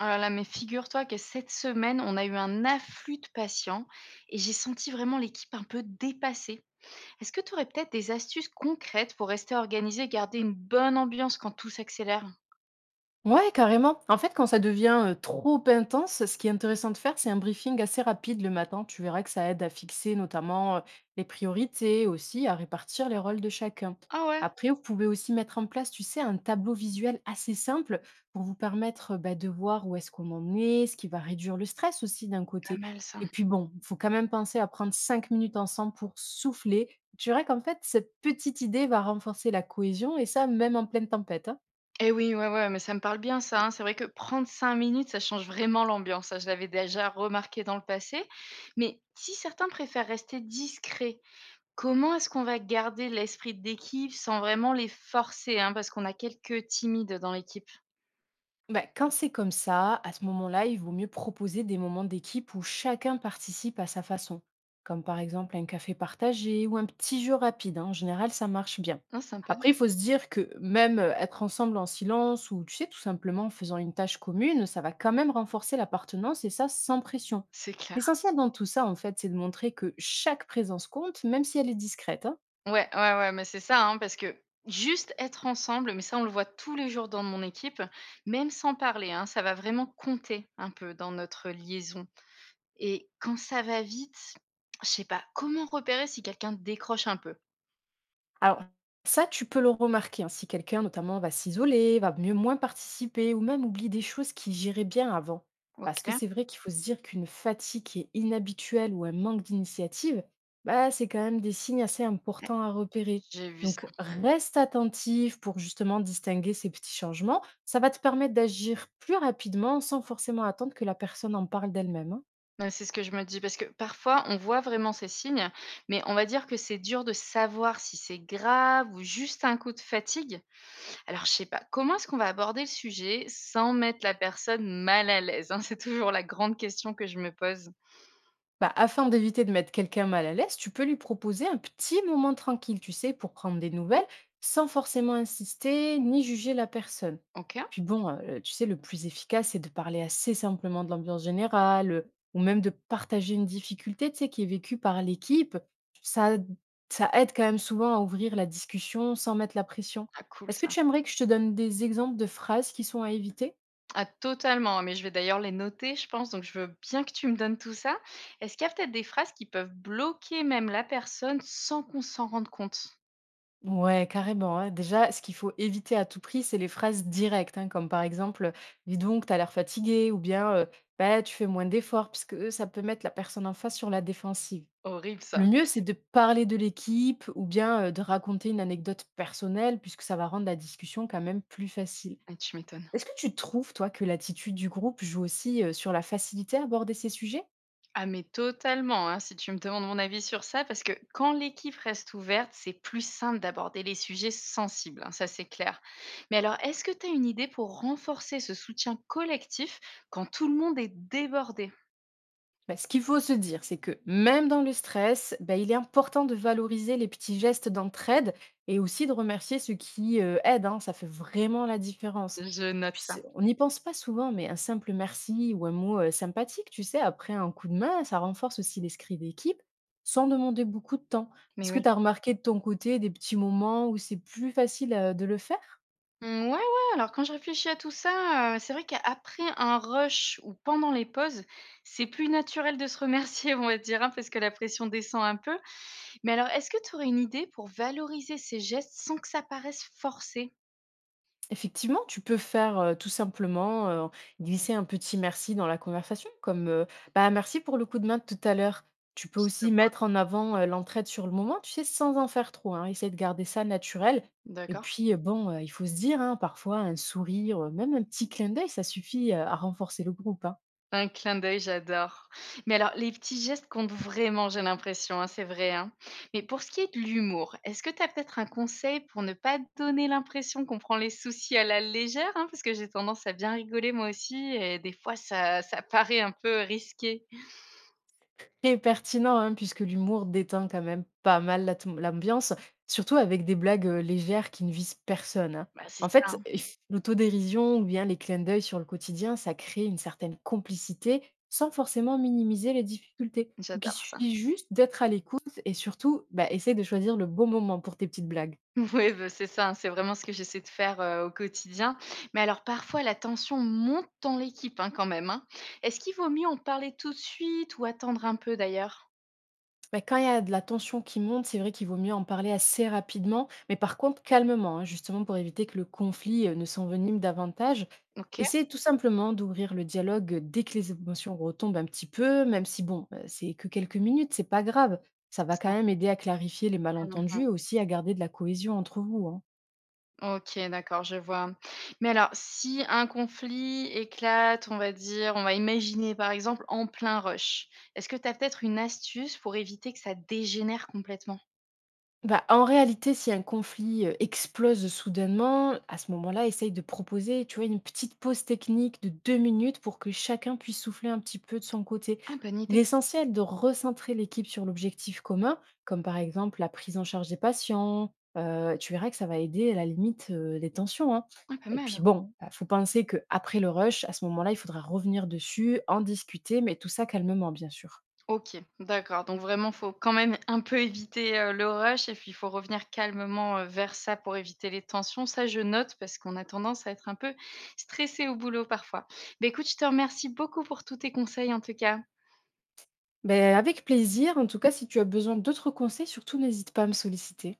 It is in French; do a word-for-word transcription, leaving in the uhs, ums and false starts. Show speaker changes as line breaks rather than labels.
Oh là là, mais figure-toi que cette semaine, on a eu un afflux de patients et j'ai senti vraiment l'équipe un peu dépassée. Est-ce que tu aurais peut-être des astuces concrètes pour rester organisé et garder une bonne ambiance quand tout s'accélère?
Ouais, carrément. En fait, quand ça devient, heu, trop intense, ce qui est intéressant de faire, c'est un briefing assez rapide le matin. Tu verras que ça aide à fixer notamment, heu, les priorités, aussi à répartir les rôles de chacun.
Ah ouais,
Après, vous pouvez aussi mettre en place, tu sais, un tableau visuel assez simple pour vous permettre, heu, bah, de voir où est-ce qu'on en est, ce qui va réduire le stress aussi d'un
pas
côté.
mal ça.
Et puis bon, il faut quand même penser à prendre cinq minutes ensemble pour souffler. Tu verras qu'en fait, cette petite idée va renforcer la cohésion et ça, même en pleine tempête, hein.
Eh oui, ouais, ouais, mais ça me parle bien ça, hein. C'est vrai que prendre cinq minutes, ça change vraiment l'ambiance. Ça, je l'avais déjà remarqué dans le passé. Mais si certains préfèrent rester discrets, comment est-ce qu'on va garder l'esprit d'équipe sans vraiment les forcer, hein, parce qu'on a quelques timides dans l'équipe?
Bah, quand c'est comme ça, à ce moment-là, il vaut mieux proposer des moments d'équipe où chacun participe à sa façon, comme par exemple un café partagé ou un petit jeu rapide. Hein. En général, ça marche bien.
Ah, sympa.
Après, il faut se dire que même euh, être ensemble en silence ou, tu sais, tout simplement en faisant une tâche commune, ça va quand même renforcer l'appartenance et ça sans pression.
C'est clair.
L'essentiel dans tout ça, en fait, c'est de montrer que chaque présence compte, même si elle est discrète. Hein.
Ouais, ouais, ouais, mais c'est ça, hein, parce que juste être ensemble, mais ça, on le voit tous les jours dans mon équipe, même sans parler, hein, ça va vraiment compter un peu dans notre liaison. Et quand ça va vite, je sais pas, comment repérer si quelqu'un décroche un peu?
Alors, ça, tu peux le remarquer, hein, si quelqu'un notamment va s'isoler, va mieux moins participer ou même oublie des choses qu'il gérait bien avant. Parce
OK?
que c'est vrai qu'il faut se dire qu'une fatigue qui est inhabituelle ou un manque d'initiative, bah, c'est quand même des signes assez
Ouais,
importants à repérer.
j'ai vu ça.
Donc, reste attentif pour justement distinguer ces petits changements. Ça va te permettre d'agir plus rapidement sans forcément attendre que la personne en parle d'elle-même. Hein.
Ouais, c'est ce que je me dis, parce que parfois, on voit vraiment ces signes, mais on va dire que c'est dur de savoir si c'est grave ou juste un coup de fatigue. Alors, je sais pas, comment est-ce qu'on va aborder le sujet sans mettre la personne mal à l'aise, hein? C'est toujours la grande question que je me pose.
Bah, afin d'éviter de mettre quelqu'un mal à l'aise, tu peux lui proposer un petit moment tranquille, tu sais, pour prendre des nouvelles, sans forcément insister ni juger la personne.
OK.
Puis bon, euh, tu sais, le plus efficace, c'est de parler assez simplement de l'ambiance générale, euh, ou même de partager une difficulté, tu sais, qui est vécue par l'équipe. Ça, ça aide quand même souvent à ouvrir la discussion sans mettre la pression.
Ah cool
Est-ce que
ça.
tu aimerais que je te donne des exemples de phrases qui sont à éviter?
Ah totalement, mais je vais d'ailleurs les noter, je pense, donc je veux bien que tu me donnes tout ça. Est-ce qu'il y a peut-être des phrases qui peuvent bloquer même la personne sans qu'on s'en rende compte?
Ouais, carrément, hein. Déjà, ce qu'il faut éviter à tout prix, c'est les phrases directes, hein, comme par exemple, dis donc, t'as l'air fatigué, ou bien, euh, bah, tu fais moins d'efforts, puisque euh, ça peut mettre la personne en face sur la défensive.
Horrible
Le
ça.
mieux, c'est de parler de l'équipe ou bien euh, de raconter une anecdote personnelle, puisque ça va rendre la discussion quand même plus facile.
Ah tu m'étonnes.
Est-ce que tu trouves, toi, que l'attitude du groupe joue aussi euh, sur la facilité à aborder ces sujets?
Ah mais totalement, hein, si tu me demandes mon avis sur ça, parce que quand l'équipe reste ouverte, c'est plus simple d'aborder les sujets sensibles, hein, ça c'est clair. Mais alors, est-ce que tu as une idée pour renforcer ce soutien collectif quand tout le monde est débordé?
Bah, ce qu'il faut se dire, c'est que même dans le stress, bah, il est important de valoriser les petits gestes d'entraide et aussi de remercier ceux qui euh, aident. Hein, ça fait vraiment la différence.
Je note
Puis
ça.
c'est- on n'y pense pas souvent, mais un simple merci ou un mot euh, sympathique, tu sais, après un coup de main, ça renforce aussi l'esprit d'équipe sans demander beaucoup de temps. Est-ce
Mais
que
oui.
tu as remarqué de ton côté des petits moments où c'est plus facile euh, de le faire?
Mm, ouais, ouais, alors quand je réfléchis à tout ça, euh, c'est vrai qu'après un rush ou pendant les pauses, c'est plus naturel de se remercier, on va dire, hein, parce que la pression descend un peu. Mais alors, est-ce que tu aurais une idée pour valoriser ces gestes sans que ça paraisse forcé?
Effectivement, tu peux faire euh, tout simplement euh, glisser un petit merci dans la conversation, comme euh, bah, merci pour le coup de main de tout à l'heure. Tu peux
Je
aussi
vois.
mettre en avant euh, l'entraide sur le moment, tu sais, sans en faire trop. Hein, essayer de garder ça naturel. Et
D'accord.
puis, euh, bon, euh, il faut se dire, hein, parfois, un sourire, euh, même un petit clin d'œil, ça suffit euh, à renforcer le groupe. Hein.
Un clin d'œil, j'adore. Mais alors, les petits gestes comptent vraiment, j'ai l'impression, hein, c'est vrai, hein. Mais pour ce qui est de l'humour, est-ce que tu as peut-être un conseil pour ne pas donner l'impression qu'on prend les soucis à la légère, hein? Parce que j'ai tendance à bien rigoler moi aussi, et des fois, ça, ça paraît un peu risqué.
Très pertinent, hein, puisque l'humour déteint quand même pas mal l'atm l'ambiance, surtout avec des blagues, heu, légères qui ne visent personne, hein.
Bah, c'est
En
ça, hein,
fait, il L'autodérision ou bien les clins d'œil sur le quotidien, ça crée une certaine complicité sans forcément minimiser les difficultés. Donc il
j'adore ça.
suffit juste d'être à l'écoute et surtout, bah, essaye de choisir le bon moment pour tes petites blagues.
Oui, bah, c'est ça, hein, c'est vraiment ce que j'essaie de faire euh, au quotidien. Mais alors, parfois, la tension monte dans l'équipe, hein, quand même, hein. Est-ce qu'il vaut mieux en parler tout de suite ou attendre un peu d'ailleurs?
Bah, quand il y a de la tension qui monte, c'est vrai qu'il vaut mieux en parler assez rapidement, mais par contre calmement, hein, justement pour éviter que le conflit euh, ne s'envenime davantage.
OK,
Essayez tout simplement d'ouvrir le dialogue dès que les émotions retombent un petit peu, même si bon, euh, c'est que quelques minutes, c'est pas grave. Ça va
c'est
quand
ça.
même aider à clarifier les
Mmh.
malentendus et aussi à garder de la cohésion entre vous. Hein.
OK, d'accord, je vois. Mais alors, si un conflit éclate, on va dire, on va imaginer par exemple en plein rush, est-ce que tu as peut-être une astuce pour éviter que ça dégénère complètement?
Bah, en réalité, si un conflit, heu, explose soudainement, à ce moment-là, essaye de proposer, tu vois, une petite pause technique de deux minutes pour que chacun puisse souffler un petit peu de son côté.
Ah, bonne
Il
idée.
est essentiel de recentrer l'équipe sur l'objectif commun, comme par exemple la prise en charge des patients, heu, tu verras que ça va aider à la limite, heu, les tensions, hein.
Ah, pas
Et puis
mal.
bon, bah, faut penser qu'après le rush, à ce moment-là, il faudra revenir dessus, en discuter, mais tout ça calmement, bien sûr.
OK, d'accord, donc vraiment, faut quand même un peu éviter, heu, le rush et puis il faut revenir calmement, heu, vers ça pour éviter les tensions. Ça, je note parce qu'on a tendance à être un peu stressé au boulot parfois. Mais écoute, je te remercie beaucoup pour tous tes conseils en tout cas.
Ben avec plaisir. En tout cas, si tu as besoin d'autres conseils, surtout n'hésite pas à me solliciter.